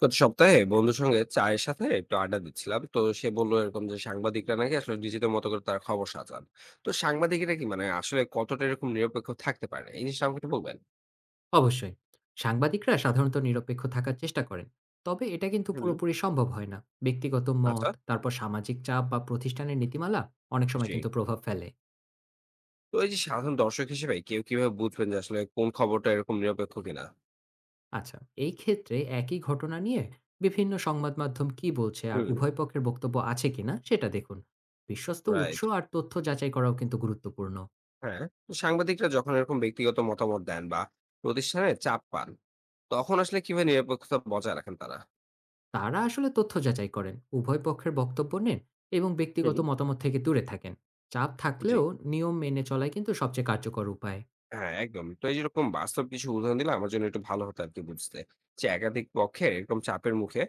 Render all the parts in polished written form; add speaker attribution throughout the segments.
Speaker 1: গত সপ্তাহে বন্ধুর সঙ্গে চায়ের সাথে একটু আড্ডা দিচ্ছিলাম। তো সে বললো এরকম যে সাংবাদিকরা নাকি আসলে নিজেদের মতো করে তার খবর সাজান। তো সাংবাদিকরা কি মানে আসলে কতটা এরকম নিরপেক্ষ থাকতে পারে, এই জিনিসটা আমাকে একটু বলবেন?
Speaker 2: অবশ্যই। সাংবাদিকরা সাধারণত নিরপেক্ষ থাকার চেষ্টা করেন। তবে এটা কিন্তু
Speaker 1: হুম।
Speaker 2: পুরোপুরি সম্ভব হয় না। ব্যক্তিগত মত,
Speaker 1: আচ্ছা।
Speaker 2: তারপর সামাজিক চাপ বা প্রতিষ্ঠানের নীতিমালা অনেক সময়
Speaker 1: জি।
Speaker 2: কিন্তু প্রভাব ফেলে।
Speaker 1: তো এই যে সাধারণ দর্শক হিসেবে কেউ কিভাবে বুঝবেন যে আসলে কোন খবরটা এরকম নিরপেক্ষ কিনা?
Speaker 2: আচ্ছা, এই ক্ষেত্রে একই ঘটনা নিয়ে বিভিন্ন সংবাদ মাধ্যম কী বলছে আর
Speaker 1: হুম।
Speaker 2: উভয় পক্ষের বক্তব্য আছে কিনা সেটা দেখুন। বিশ্বস্ত উৎস
Speaker 1: রাইট।
Speaker 2: আর তথ্য যাচাই করাও কিন্তু গুরুত্বপূর্ণ।
Speaker 1: হ্যাঁ, তো সাংবাদিকরা যখন এরকম ব্যক্তিগত মতামত দেন বা প্রতিষ্ঠানে চাপ পান, তখন আসলে কিভাবে নিরপেক্ষতা বজায় রাখেন তারা?
Speaker 2: তারা আসলে তথ্য যাচাই করেন, উভয় পক্ষের বক্তব্য নেন এবং ব্যক্তিগত
Speaker 1: হুম।
Speaker 2: মতামত থেকে দূরে থাকেন। চাপ
Speaker 1: জি।
Speaker 2: থাকলেও নিয়ম মেনে চলাই কিন্তু সবচেয়ে কার্যকর উপায়।
Speaker 1: হ্যাঁ, একদম। তো এই যেরকম বাস্তব কিছু উদাহরণ দিলে আমার জন্য একটু ভালো হতো আরকি বুঝতে। যে একাধিক পক্ষের এরকম চাপের মুখে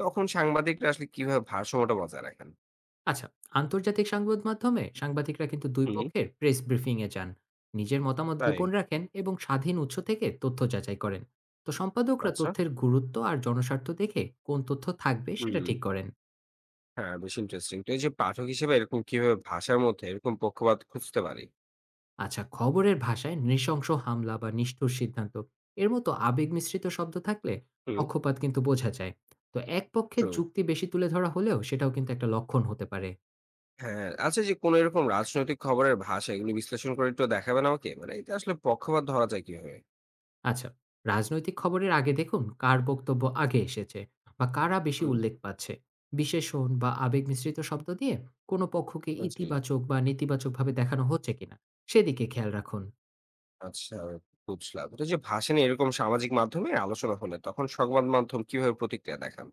Speaker 1: তখন সাংবাদিকরা আসলে কিভাবে ভারসাম্যটা বজায় রাখেন?
Speaker 2: আচ্ছা, আন্তর্জাতিক সংবাদ মাধ্যমে সাংবাদিকরা কিন্তু দুই
Speaker 1: হুম।
Speaker 2: পক্ষের প্রেস ব্রিফিংয়ে যান। নিজের মতামত
Speaker 1: তাই।
Speaker 2: গোপন রাখেন এবং স্বাধীন উৎস থেকে তথ্য যাচাই করেন। তো সম্পাদকরা
Speaker 1: আচ্ছা।
Speaker 2: তথ্যের গুরুত্ব আর জনস্বার্থ দেখে কোন তথ্য থাকবে সেটা
Speaker 1: হুম।
Speaker 2: ঠিক করেন।
Speaker 1: হ্যাঁ, বেশ ইন্টারেস্টিং। তো এই যে পাঠক হিসেবে এরকম কিভাবে ভাষার মধ্যে এরকম পক্ষপাত খুঁজতে পারি?
Speaker 2: আচ্ছা, খবরের ভাষায় নৃশংস হামলা বা নিষ্ঠুর সিদ্ধান্ত এর মতো আবেগ মিশ্রিত শব্দ থাকলে
Speaker 1: হুম।
Speaker 2: পক্ষপাত কিন্তু বোঝা যায়। তো এক পক্ষের
Speaker 1: ট্রু।
Speaker 2: যুক্তি বেশি তুলে ধরা হলেও সেটাও কিন্তু একটা লক্ষণ হতে পারে।
Speaker 1: হ্যাঁ, আচ্ছা, যে কোন এরকম রাজনৈতিক খবরের ভাষা এগুলো বিশ্লেষণ করে একটু দেখাবেন আমাকে? মানে এটা আসলে পক্ষপাত ধরা যায় কিভাবে?
Speaker 2: আচ্ছা, রাজনৈতিক খবরের আগে দেখুন কার বক্তব্য আগে এসেছে বা কারা বেশি
Speaker 1: হুম।
Speaker 2: উল্লেখ পাচ্ছে। বিশেষণ বা আবেগ মিশ্রিত শব্দ দিয়ে কোনো পক্ষকে
Speaker 1: জি।
Speaker 2: ইতিবাচক বা নেতিবাচকভাবে দেখানো হচ্ছে কিনা সেদিকে খেয়াল রাখুন।
Speaker 1: আচ্ছা, বুঝলাম। তো এই যে ভাষা নিয়ে এরকম সামাজিক মাধ্যমে আলোচনা হলে তখন সংবাদ মাধ্যম কিভাবে প্রতিক্রিয়া দেখান?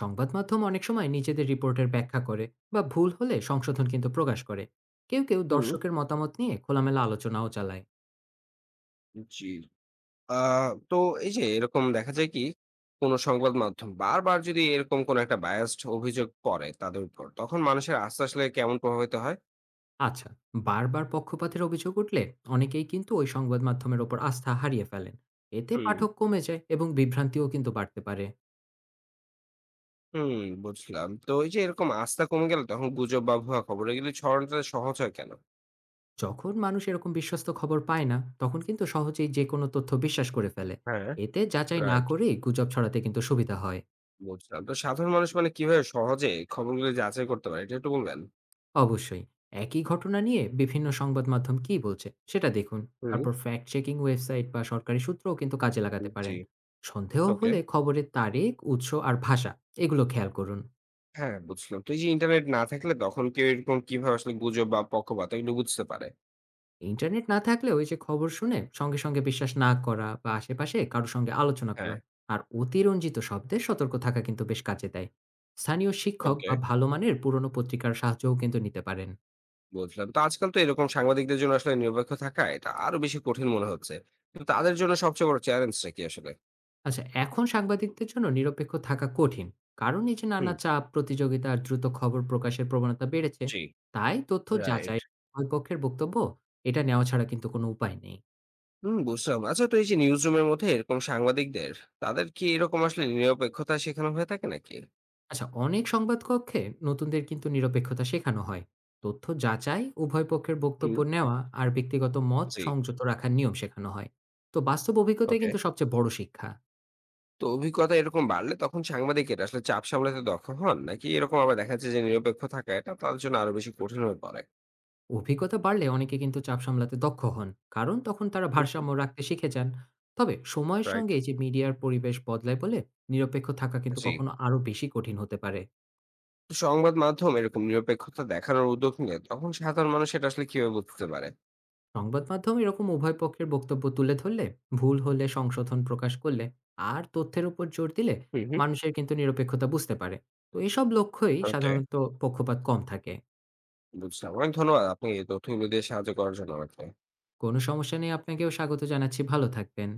Speaker 2: সংবাদ মাধ্যম অনেক সময় নিজেদের রিপোর্টের ব্যাখ্যা করে বা ভুল হলে সংশোধন কিন্তু প্রকাশ করে। কেউ কেউ
Speaker 1: হুম।
Speaker 2: দর্শকের মতামত নিয়ে খোলামেলা আলোচনাও চালায়।
Speaker 1: জি। আ তো এই যে এরকম দেখা যায় কি, কোন সংবাদ মাধ্যম বারবার যদি এরকম কোন একটা biased অভিযোগ করে তাদের উপর, তখন মানুষের আস্থা আসলে কেমন প্রভাবিত হয়?
Speaker 2: আচ্ছা, বারবার পক্ষপাতের অভিযোগ উঠলে অনেকেই কিন্তু ওই সংবাদ মাধ্যমের ওপর আস্থা হারিয়ে ফেলেন। এতে
Speaker 1: হুম।
Speaker 2: পাঠক কমে যায় এবং বিভ্রান্তিও কিন্তু বাড়তে পারে।
Speaker 1: হুম, বুঝলাম। তো এই যে এরকম আস্থা কমে গেলে তখন গুজব বা ভুয়া খবর এগুলো ছড়ানোটা সহজ হয় কেন?
Speaker 2: যখন মানুষ এরকম বিশ্বস্ত খবর পায় না, তখন কিন্তু সহজেই যেকোনো তথ্য বিশ্বাস করে ফেলে।
Speaker 1: হ্যাঁ।
Speaker 2: এতে যাচাই না
Speaker 1: রাইট,
Speaker 2: করেই গুজব ছড়াতে কিন্তু সুবিধা হয়।
Speaker 1: বুঝলাম। তো সাধারণ মানুষ মানে কিভাবে সহজে খবরগুলো যাচাই করতে পারে, এটা একটু বলবেন?
Speaker 2: অবশ্যই একই ঘটনা নিয়ে বিভিন্ন সংবাদ মাধ্যম কী বলছে সেটা দেখুন।
Speaker 1: হুম।
Speaker 2: তারপর ফ্যাক্ট চেকিং ওয়েবসাইট বা সরকারি সূত্রও কিন্তু কাজে লাগাতে
Speaker 1: জি।
Speaker 2: পারেন। সন্দেহ
Speaker 1: ওকে।
Speaker 2: হলে খবরের তারিখ, উৎস আর ভাষা এগুলো খেয়াল করুন।
Speaker 1: হ্যাঁ, বুঝলাম। তো এই যে ইন্টারনেট না থাকলে তখন কেউ এরকম কিভাবে আসলে গুজব বা পক্ষপাত এগুলো বুঝতে পারে?
Speaker 2: ইন্টারনেট না থাকলে ওই যে খবর শুনে সঙ্গে সঙ্গে বিশ্বাস না করা বা আশেপাশে কারো সঙ্গে আলোচনা করা
Speaker 1: হ্যাঁ।
Speaker 2: আর অতিরঞ্জিত শব্দে সতর্ক থাকা কিন্তু বেশ কাজে দেয়। স্থানীয় শিক্ষক
Speaker 1: ওকে,
Speaker 2: বা ভালো মানের পুরনো পত্রিকার সাহায্যও কিন্তু নিতে পারেন।
Speaker 1: বুঝলাম। তো আজকাল তো এরকম সাংবাদিকদের জন্য আসলে নিরপেক্ষ থাকা এটা আরো বেশি কঠিন মনে হচ্ছে। তো তাদের জন্য সবচেয়ে বড় চ্যালেঞ্জটা কি আসলে?
Speaker 2: আচ্ছা, এখন সাংবাদিকদের জন্য নিরপেক্ষ থাকা কঠিন। কারণ এই যে নানা
Speaker 1: হুম।
Speaker 2: চাপ, প্রতিযোগিতা আর দ্রুত খবর প্রকাশের প্রবণতা বেড়েছে।
Speaker 1: জি।
Speaker 2: তাই তথ্য
Speaker 1: রাইট।
Speaker 2: যাচাই, উভয় পক্ষের বক্তব্য এটা নেওয়া ছাড়া কিন্তু কোনো উপায় নেই।
Speaker 1: হুম, বুঝলাম। আচ্ছা, তো এই যে নিউজ রুমের মধ্যে এরকম সাংবাদিকদের, তাদের কি এরকম আসলে নিরপেক্ষতা শেখানো হয়ে থাকে নাকি?
Speaker 2: আচ্ছা, অনেক সংবাদ কক্ষে নতুনদের কিন্তু নিরপেক্ষতা শেখানো হয়, তথ্য যাচাই, উভয় পক্ষের বক্তব্য
Speaker 1: হুম।
Speaker 2: নেওয়া আর ব্যক্তিগত মত
Speaker 1: জি।
Speaker 2: সংযত রাখার নিয়ম শেখানো হয়। তো বাস্তব অভিজ্ঞতাই
Speaker 1: ওকে।
Speaker 2: কিন্তু সবচেয়ে বড় শিক্ষা।
Speaker 1: তো অভিজ্ঞতা এরকম বাড়লে তখন সাংবাদিকেরা আসলে চাপ সামলাতে দক্ষ হন, নাকি এরকম আবার দেখা যাচ্ছে যে নিরপেক্ষ থাকা এটা তাদের জন্য আরো বেশি কঠিন হয়ে পড়ে?
Speaker 2: অভিজ্ঞতা বাড়লে অনেকে কিন্তু চাপ সামলাতে দক্ষ হন, কারণ তখন তারা ভারসাম্য রাখতে শিখে যান। তবে সময়ের
Speaker 1: রাইট।
Speaker 2: সঙ্গে এই যে মিডিয়ার পরিবেশ বদলায় বলে নিরপেক্ষ থাকা কিন্তু
Speaker 1: জি।
Speaker 2: কখনো আরো বেশি কঠিন হতে পারে।
Speaker 1: তো সংবাদ মাধ্যম এরকম নিরপেক্ষতা দেখানোর উদ্যোগ নিয়ে তখন সাধারণ মানুষ এটা আসলে কিভাবে বুঝতে পারে?
Speaker 2: সংবাদ মাধ্যম এরকম উভয় পক্ষের বক্তব্য তুলে ধরলে, ভুল হলে সংশোধন প্রকাশ করলে আর তথ্যের উপর জোর দিলে
Speaker 1: হুম, হুম।
Speaker 2: মানুষের কিন্তু নিরপেক্ষতা বুঝতে পারে। তো এসব লক্ষ্যই
Speaker 1: ওকে, ওকে।
Speaker 2: সাধারণত পক্ষপাত কম থাকে।
Speaker 1: বুঝলাম। অনেক ধন্যবাদ আপনি এই তথ্যগুলো দিয়ে সাহায্য করার জন্য আমাকে।
Speaker 2: কোনো সমস্যা নেই, আপনাকেও স্বাগত জানাচ্ছি। ভালো থাকবেন।